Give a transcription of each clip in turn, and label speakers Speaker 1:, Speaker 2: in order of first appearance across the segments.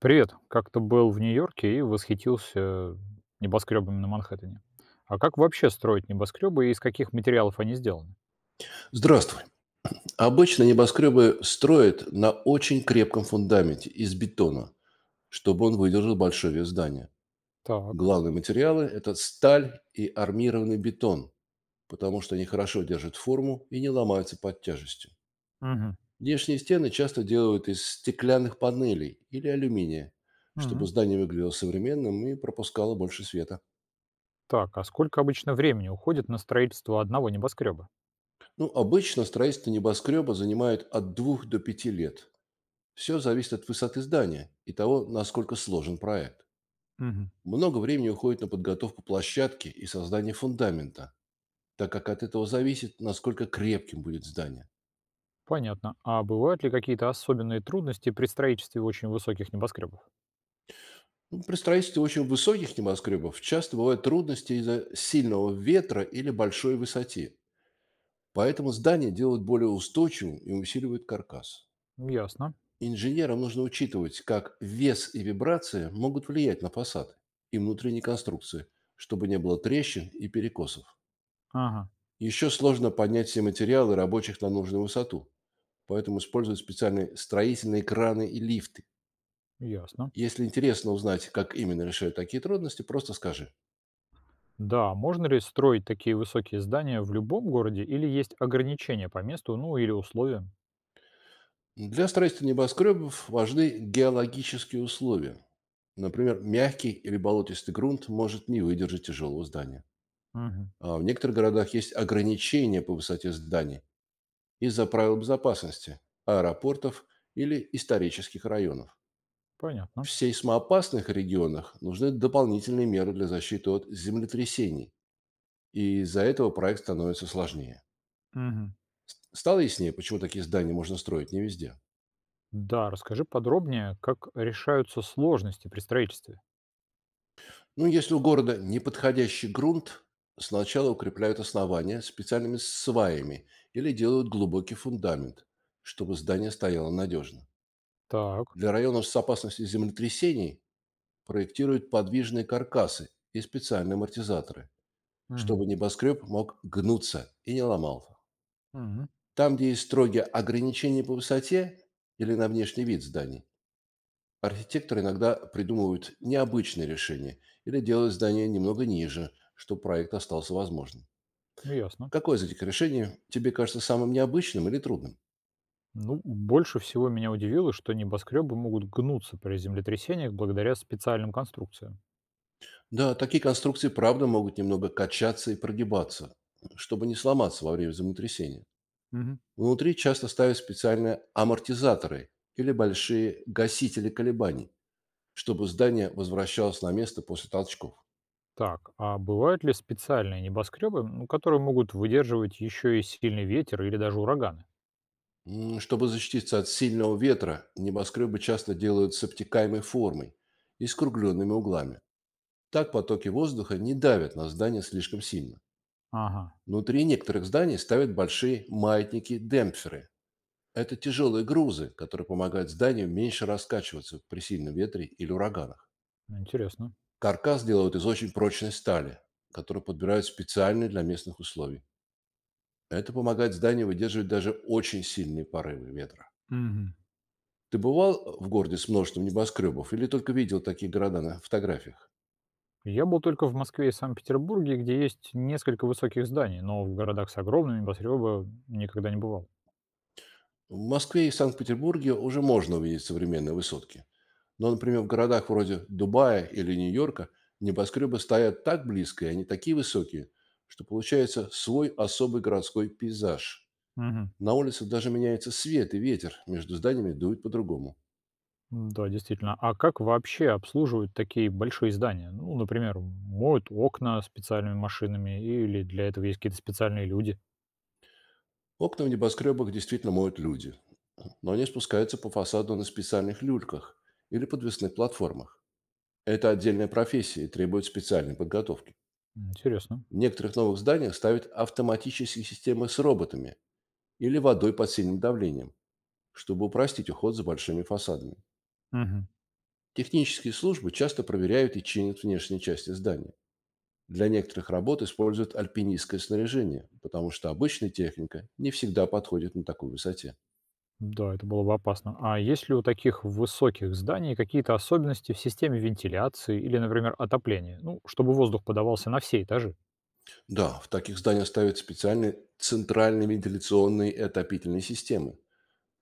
Speaker 1: Привет. Как-то был в Нью-Йорке и восхитился небоскребами на Манхэттене. А как вообще строить небоскребы и из каких материалов они сделаны?
Speaker 2: Здравствуй. Обычно небоскребы строят на очень крепком фундаменте из бетона, чтобы он выдержал большой вес здания.
Speaker 1: Так.
Speaker 2: Главные материалы– это сталь и армированный бетон, потому что они хорошо держат форму и не ломаются под тяжестью.
Speaker 1: Мгм.
Speaker 2: Внешние стены часто делают из стеклянных панелей или алюминия, чтобы
Speaker 1: Мгм.
Speaker 2: здание выглядело современным и пропускало больше света.
Speaker 1: Так, а сколько обычно времени уходит на строительство одного небоскреба?
Speaker 2: Ну, обычно строительство небоскреба занимает от 2 до 5 лет. Все зависит от высоты здания и того, насколько сложен проект.
Speaker 1: Мгм.
Speaker 2: Много времени уходит на подготовку площадки и создание фундамента, так как от этого зависит, насколько крепким будет здание.
Speaker 1: Понятно. А бывают ли какие-то особенные трудности при строительстве очень высоких небоскребов?
Speaker 2: Ну, при строительстве очень высоких небоскребов часто бывают трудности из-за сильного ветра или большой высоте. Поэтому здание делают более устойчивым и усиливают каркас.
Speaker 1: Ясно.
Speaker 2: Инженерам нужно учитывать, как вес и вибрации могут влиять на фасады и внутренние конструкции, чтобы не было трещин и перекосов.
Speaker 1: Ага,
Speaker 2: Еще сложно поднять все материалы рабочих на нужную высоту, поэтому используют специальные строительные краны и лифты.
Speaker 1: ясно.
Speaker 2: Если интересно узнать, как именно решают такие трудности, просто скажи.
Speaker 1: Да, можно ли строить такие высокие здания в любом городе или есть ограничения по месту, ну или условиям?
Speaker 2: Для строительства небоскребов важны геологические условия. Например, мягкий или болотистый грунт может не выдержать тяжелого здания.
Speaker 1: Мгм.
Speaker 2: А в некоторых городах есть ограничения по высоте зданий из-за правил безопасности, аэропортов или исторических районов.
Speaker 1: Понятно.
Speaker 2: В сейсмоопасных регионах нужны дополнительные меры для защиты от землетрясений, и из-за этого проект становится сложнее.
Speaker 1: Мгм.
Speaker 2: Стало яснее, почему такие здания можно строить не везде.
Speaker 1: Да, расскажи подробнее, как решаются сложности при строительстве.
Speaker 2: Ну, если у города неподходящий грунт, сначала укрепляют основания специальными сваями или делают глубокий фундамент, чтобы здание стояло надежно.
Speaker 1: Так.
Speaker 2: Для районов с опасностью землетрясений проектируют подвижные каркасы и специальные амортизаторы,
Speaker 1: Мгм.
Speaker 2: чтобы небоскреб мог гнуться и не ломался.
Speaker 1: Мгм.
Speaker 2: Там, где есть строгие ограничения по высоте или на внешний вид зданий, архитекторы иногда придумывают необычные решения или делают здание немного ниже, чтобы проект остался возможным.
Speaker 1: Ясно.
Speaker 2: Какое из этих решений тебе кажется самым необычным или трудным?
Speaker 1: Ну, больше всего меня удивило, что небоскребы могут гнуться при землетрясениях благодаря специальным конструкциям.
Speaker 2: Да, такие конструкции, правда, могут немного качаться и прогибаться, чтобы не сломаться во время землетрясения.
Speaker 1: Мгм.
Speaker 2: Внутри часто ставят специальные амортизаторы или большие гасители колебаний, чтобы здание возвращалось на место после толчков.
Speaker 1: Так, а бывают ли специальные небоскребы, ну, которые могут выдерживать еще и сильный ветер или даже ураганы?
Speaker 2: Чтобы защититься от сильного ветра, небоскребы часто делают с обтекаемой формой и скругленными углами. Так потоки воздуха не давят на здание слишком сильно.
Speaker 1: Ага,
Speaker 2: Внутри некоторых зданий ставят большие маятники-демпферы. Это тяжелые грузы, которые помогают зданию меньше раскачиваться при сильном ветре или ураганах.
Speaker 1: интересно.
Speaker 2: Каркас делают из очень прочной стали, которую подбирают специально для местных условий. Это помогает зданию выдерживать даже очень сильные порывы ветра.
Speaker 1: Мгм.
Speaker 2: Ты бывал в городе с множеством небоскребов или только видел такие города на фотографиях?
Speaker 1: Я был только в Москве и Санкт-Петербурге, где есть несколько высоких зданий, но в городах с огромными небоскребами никогда не бывал.
Speaker 2: В Москве и Санкт-Петербурге уже можно увидеть современные высотки. Но, например, в городах вроде Дубая или Нью-Йорка небоскребы стоят так близко, и они такие высокие, что получается свой особый городской пейзаж.
Speaker 1: Мгм.
Speaker 2: На улицах даже меняется свет и ветер, между зданиями дует по-другому.
Speaker 1: Да, действительно. А как вообще обслуживают такие большие здания? Ну, например, моют окна специальными машинами или для этого есть какие-то специальные люди?
Speaker 2: Окна в небоскребах действительно моют люди, но они спускаются по фасаду на специальных люльках или подвесных платформах. Это отдельная профессия и требует специальной подготовки.
Speaker 1: Интересно.
Speaker 2: В некоторых новых зданиях ставят автоматические системы с роботами или водой под сильным давлением, чтобы упростить уход за большими фасадами.
Speaker 1: Мгм.
Speaker 2: Технические службы часто проверяют и чинят внешние части здания. Для некоторых работ используют альпинистское снаряжение, потому что обычная техника не всегда подходит на такой высоте.
Speaker 1: Да, это было бы опасно. А есть ли у таких высоких зданий какие-то особенности в системе вентиляции или, например, отопления? Ну, чтобы воздух подавался на все этажи.
Speaker 2: Да, в таких зданиях ставят специальные центральные вентиляционные и отопительные системы,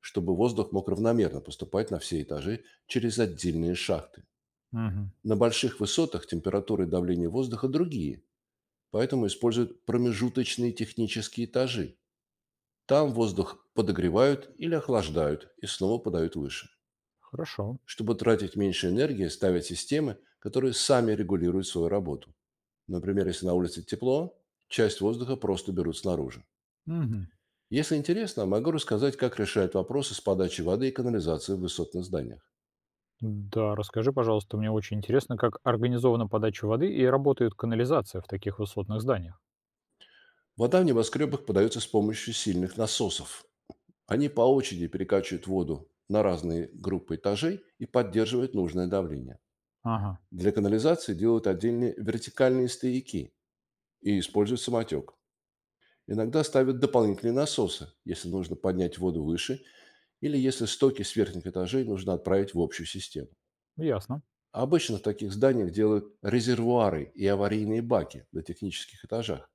Speaker 2: чтобы воздух мог равномерно поступать на все этажи через отдельные шахты.
Speaker 1: Мгм.
Speaker 2: На больших высотах температура и давление воздуха другие, поэтому используют промежуточные технические этажи. Там воздух подогревают или охлаждают и снова подают выше.
Speaker 1: Хорошо.
Speaker 2: Чтобы тратить меньше энергии, ставят системы, которые сами регулируют свою работу. Например, если на улице тепло, часть воздуха просто берут снаружи.
Speaker 1: Мгм.
Speaker 2: Если интересно, могу рассказать, как решают вопросы с подачей воды и канализации в высотных зданиях.
Speaker 1: Да, расскажи, пожалуйста, мне очень интересно, как организована подача воды и работает канализация в таких высотных зданиях.
Speaker 2: Вода в небоскребах подается с помощью сильных насосов. Они по очереди перекачивают воду на разные группы этажей и поддерживают нужное давление.
Speaker 1: Ага,
Speaker 2: Для канализации делают отдельные вертикальные стояки и используют самотек. Иногда ставят дополнительные насосы, если нужно поднять воду выше или если стоки с верхних этажей нужно отправить в общую систему.
Speaker 1: ясно.
Speaker 2: Обычно в таких зданиях делают резервуары и аварийные баки на технических этажах.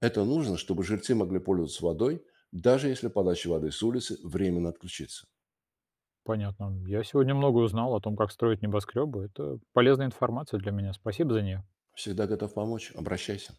Speaker 2: Это нужно, чтобы жильцы могли пользоваться водой, даже если подача воды с улицы временно отключится.
Speaker 1: Понятно. Я сегодня много узнал о том, как строить небоскребы. Это полезная информация для меня. Спасибо за нее.
Speaker 2: Всегда готов помочь. Обращайся.